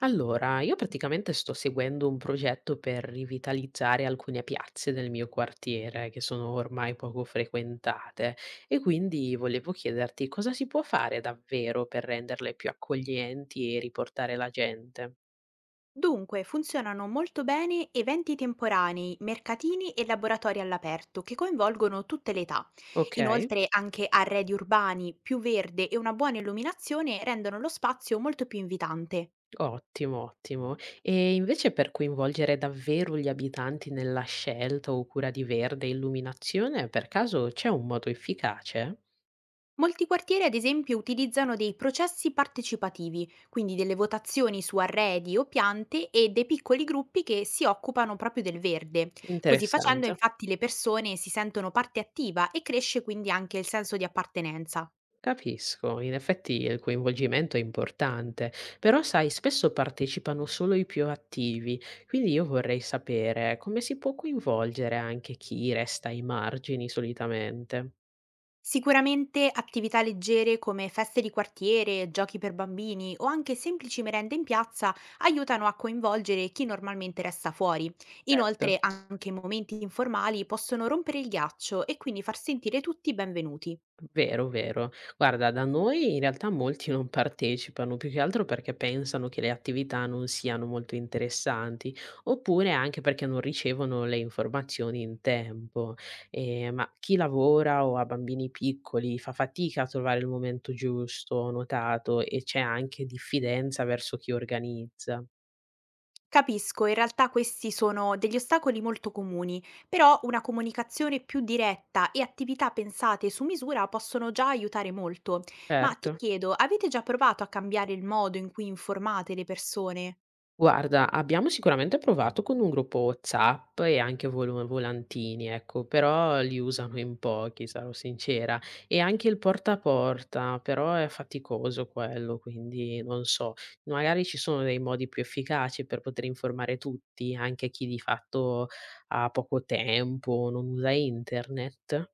Allora, io praticamente sto seguendo un progetto per rivitalizzare alcune piazze del mio quartiere che sono ormai poco frequentate e quindi volevo chiederti cosa si può fare davvero per renderle più accoglienti e riportare la gente. Dunque, funzionano molto bene eventi temporanei, mercatini e laboratori all'aperto che coinvolgono tutte le età. Ok? Inoltre anche arredi urbani, più verde e una buona illuminazione rendono lo spazio molto più invitante. Ottimo, ottimo. E invece per coinvolgere davvero gli abitanti nella scelta o cura di verde e illuminazione, per caso c'è un modo efficace? Molti quartieri, ad esempio, utilizzano dei processi partecipativi, quindi delle votazioni su arredi o piante e dei piccoli gruppi che si occupano proprio del verde. Così facendo, Interessante. infatti, le persone si sentono parte attiva e cresce quindi anche il senso di appartenenza. Capisco, in effetti il coinvolgimento è importante, però sai, spesso partecipano solo i più attivi, quindi io vorrei sapere come si può coinvolgere anche chi resta ai margini solitamente. Sicuramente attività leggere come feste di quartiere, giochi per bambini o anche semplici merende in piazza aiutano a coinvolgere chi normalmente resta fuori. Certo. Inoltre anche momenti informali possono rompere il ghiaccio e quindi far sentire tutti benvenuti. Vero, vero. Guarda, da noi in realtà molti non partecipano, più che altro perché pensano che le attività non siano molto interessanti, oppure anche perché non ricevono le informazioni in tempo. Ma chi lavora o ha bambini piccoli fa fatica a trovare il momento giusto, ho notato, e c'è anche diffidenza verso chi organizza. Capisco, in realtà questi sono degli ostacoli molto comuni, però una comunicazione più diretta e attività pensate su misura possono già aiutare molto. Ma ti Certo. chiedo, avete già provato a cambiare il modo in cui informate le persone? Guarda, abbiamo sicuramente provato con un gruppo WhatsApp e anche volu volantini, ecco, però li usano in pochi, sarò sincera. E anche il porta a porta, però è faticoso quello, quindi non so. Magari ci sono dei modi più efficaci per poter informare tutti, anche chi di fatto ha poco tempo, non usa internet?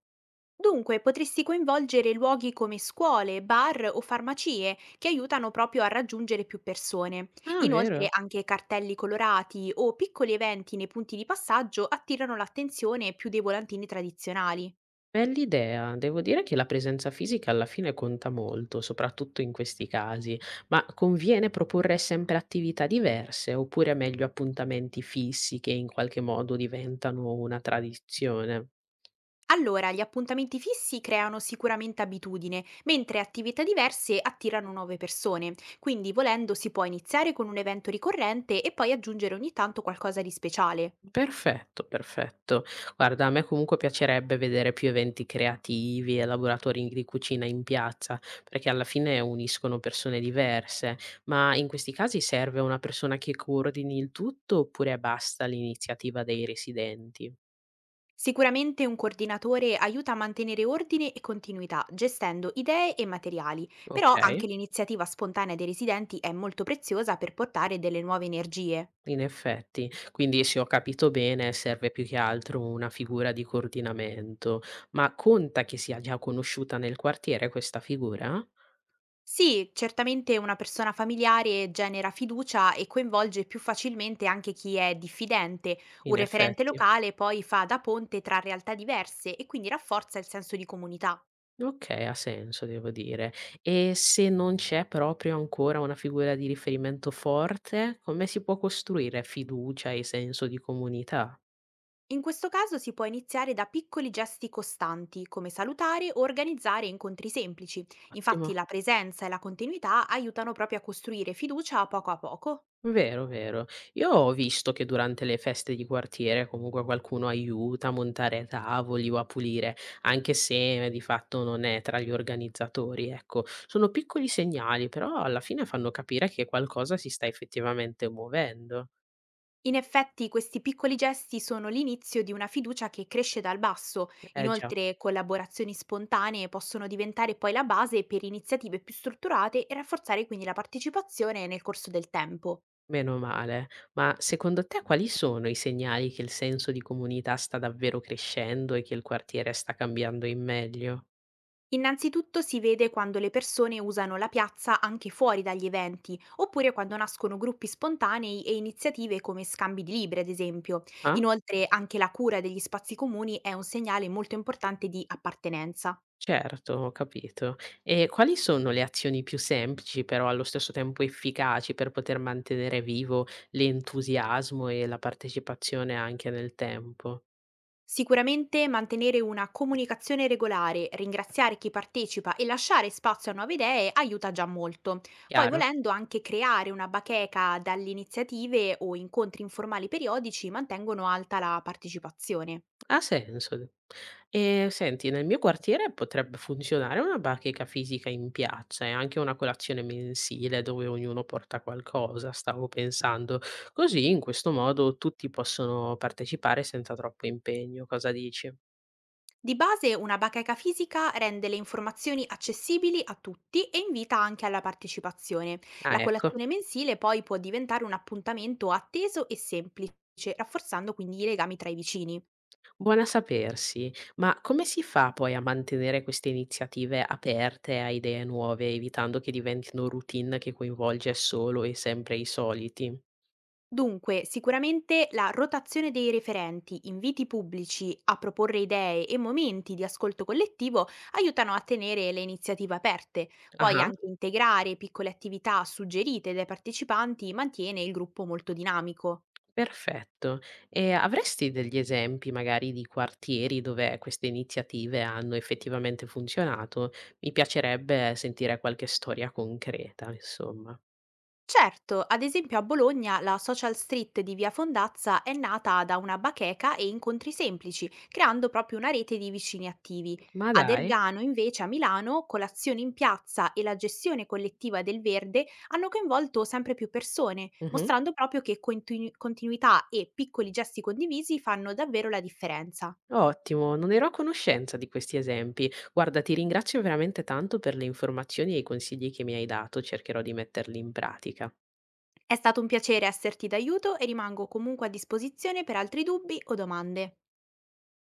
Dunque, potresti coinvolgere luoghi come scuole, bar o farmacie che aiutano proprio a raggiungere più persone. Ah, Inoltre, vero? anche cartelli colorati o piccoli eventi nei punti di passaggio attirano l'attenzione più dei volantini tradizionali. Bell'idea, devo dire che la presenza fisica alla fine conta molto, soprattutto in questi casi, ma conviene proporre sempre attività diverse oppure meglio appuntamenti fissi che in qualche modo diventano una tradizione? Allora, gli appuntamenti fissi creano sicuramente abitudine, mentre attività diverse attirano nuove persone. Quindi, volendo, si può iniziare con un evento ricorrente e poi aggiungere ogni tanto qualcosa di speciale. Perfetto, perfetto. Guarda, a me comunque piacerebbe vedere più eventi creativi e laboratori di cucina in piazza, perché alla fine uniscono persone diverse, ma in questi casi serve una persona che coordini il tutto oppure basta l'iniziativa dei residenti? Sicuramente un coordinatore aiuta a mantenere ordine e continuità, gestendo idee e materiali, Ok, però anche l'iniziativa spontanea dei residenti è molto preziosa per portare delle nuove energie. in effetti. Quindi se ho capito bene, serve più che altro una figura di coordinamento, ma conta che sia già conosciuta nel quartiere questa figura? Sì, certamente una persona familiare genera fiducia e coinvolge più facilmente anche chi è diffidente. Un In referente effetti. locale poi fa da ponte tra realtà diverse e quindi rafforza il senso di comunità. Okay, ha senso devo dire. E se non c'è proprio ancora una figura di riferimento forte, come si può costruire fiducia e senso di comunità? In questo caso si può iniziare da piccoli gesti costanti, come salutare o organizzare incontri semplici. Ottimo. Infatti la presenza e la continuità aiutano proprio a costruire fiducia poco a poco. Vero, vero. Io ho visto che durante le feste di quartiere comunque qualcuno aiuta a montare tavoli o a pulire, anche se di fatto non è tra gli organizzatori, ecco. Sono piccoli segnali, però alla fine fanno capire che qualcosa si sta effettivamente muovendo. In effetti questi piccoli gesti sono l'inizio di una fiducia che cresce dal basso, Eh già. inoltre collaborazioni spontanee possono diventare poi la base per iniziative più strutturate e rafforzare quindi la partecipazione nel corso del tempo. Meno male. Ma secondo te quali sono i segnali che il senso di comunità sta davvero crescendo e che il quartiere sta cambiando in meglio? Innanzitutto si vede quando le persone usano la piazza anche fuori dagli eventi, oppure quando nascono gruppi spontanei e iniziative come scambi di libri, ad esempio. Ah, Inoltre anche la cura degli spazi comuni è un segnale molto importante di appartenenza. certo, ho capito. E quali sono le azioni più semplici, però allo stesso tempo efficaci per poter mantenere vivo l'entusiasmo e la partecipazione anche nel tempo? Sicuramente mantenere una comunicazione regolare, ringraziare chi partecipa e lasciare spazio a nuove idee aiuta già molto. Poi Chiaro? volendo anche creare una bacheca dalle iniziative o incontri informali periodici mantengono alta la partecipazione. Ha senso. Senti, nel mio quartiere potrebbe funzionare una bacheca fisica in piazza e anche una colazione mensile dove ognuno porta qualcosa, stavo pensando. Così, in questo modo, tutti possono partecipare senza troppo impegno. Cosa dici? Di base una bacheca fisica rende le informazioni accessibili a tutti e invita anche alla partecipazione. Ah, La ecco. colazione mensile poi può diventare un appuntamento atteso e semplice, rafforzando quindi i legami tra i vicini. Buona sapersi. Ma come si fa poi a mantenere queste iniziative aperte a idee nuove, evitando che diventino routine che coinvolge solo e sempre i soliti? Dunque, sicuramente la rotazione dei referenti, inviti pubblici a proporre idee e momenti di ascolto collettivo aiutano a tenere le iniziative aperte. Poi Ah-ah. anche integrare piccole attività suggerite dai partecipanti mantiene il gruppo molto dinamico. Perfetto. E avresti degli esempi magari di quartieri dove queste iniziative hanno effettivamente funzionato? Mi piacerebbe sentire qualche storia concreta, insomma. Certo, ad esempio a Bologna la social street di Via Fondazza è nata da una bacheca e incontri semplici, creando proprio una rete di vicini attivi. Ma Ad dai. Ergano, invece, a Milano, colazioni in piazza e la gestione collettiva del verde hanno coinvolto sempre più persone, Mh-mh. mostrando proprio che continuità e piccoli gesti condivisi fanno davvero la differenza. Ottimo, non ero a conoscenza di questi esempi. Guarda, ti ringrazio veramente tanto per le informazioni e i consigli che mi hai dato, cercherò di metterli in pratica. È stato un piacere esserti d'aiuto e rimango comunque a disposizione per altri dubbi o domande.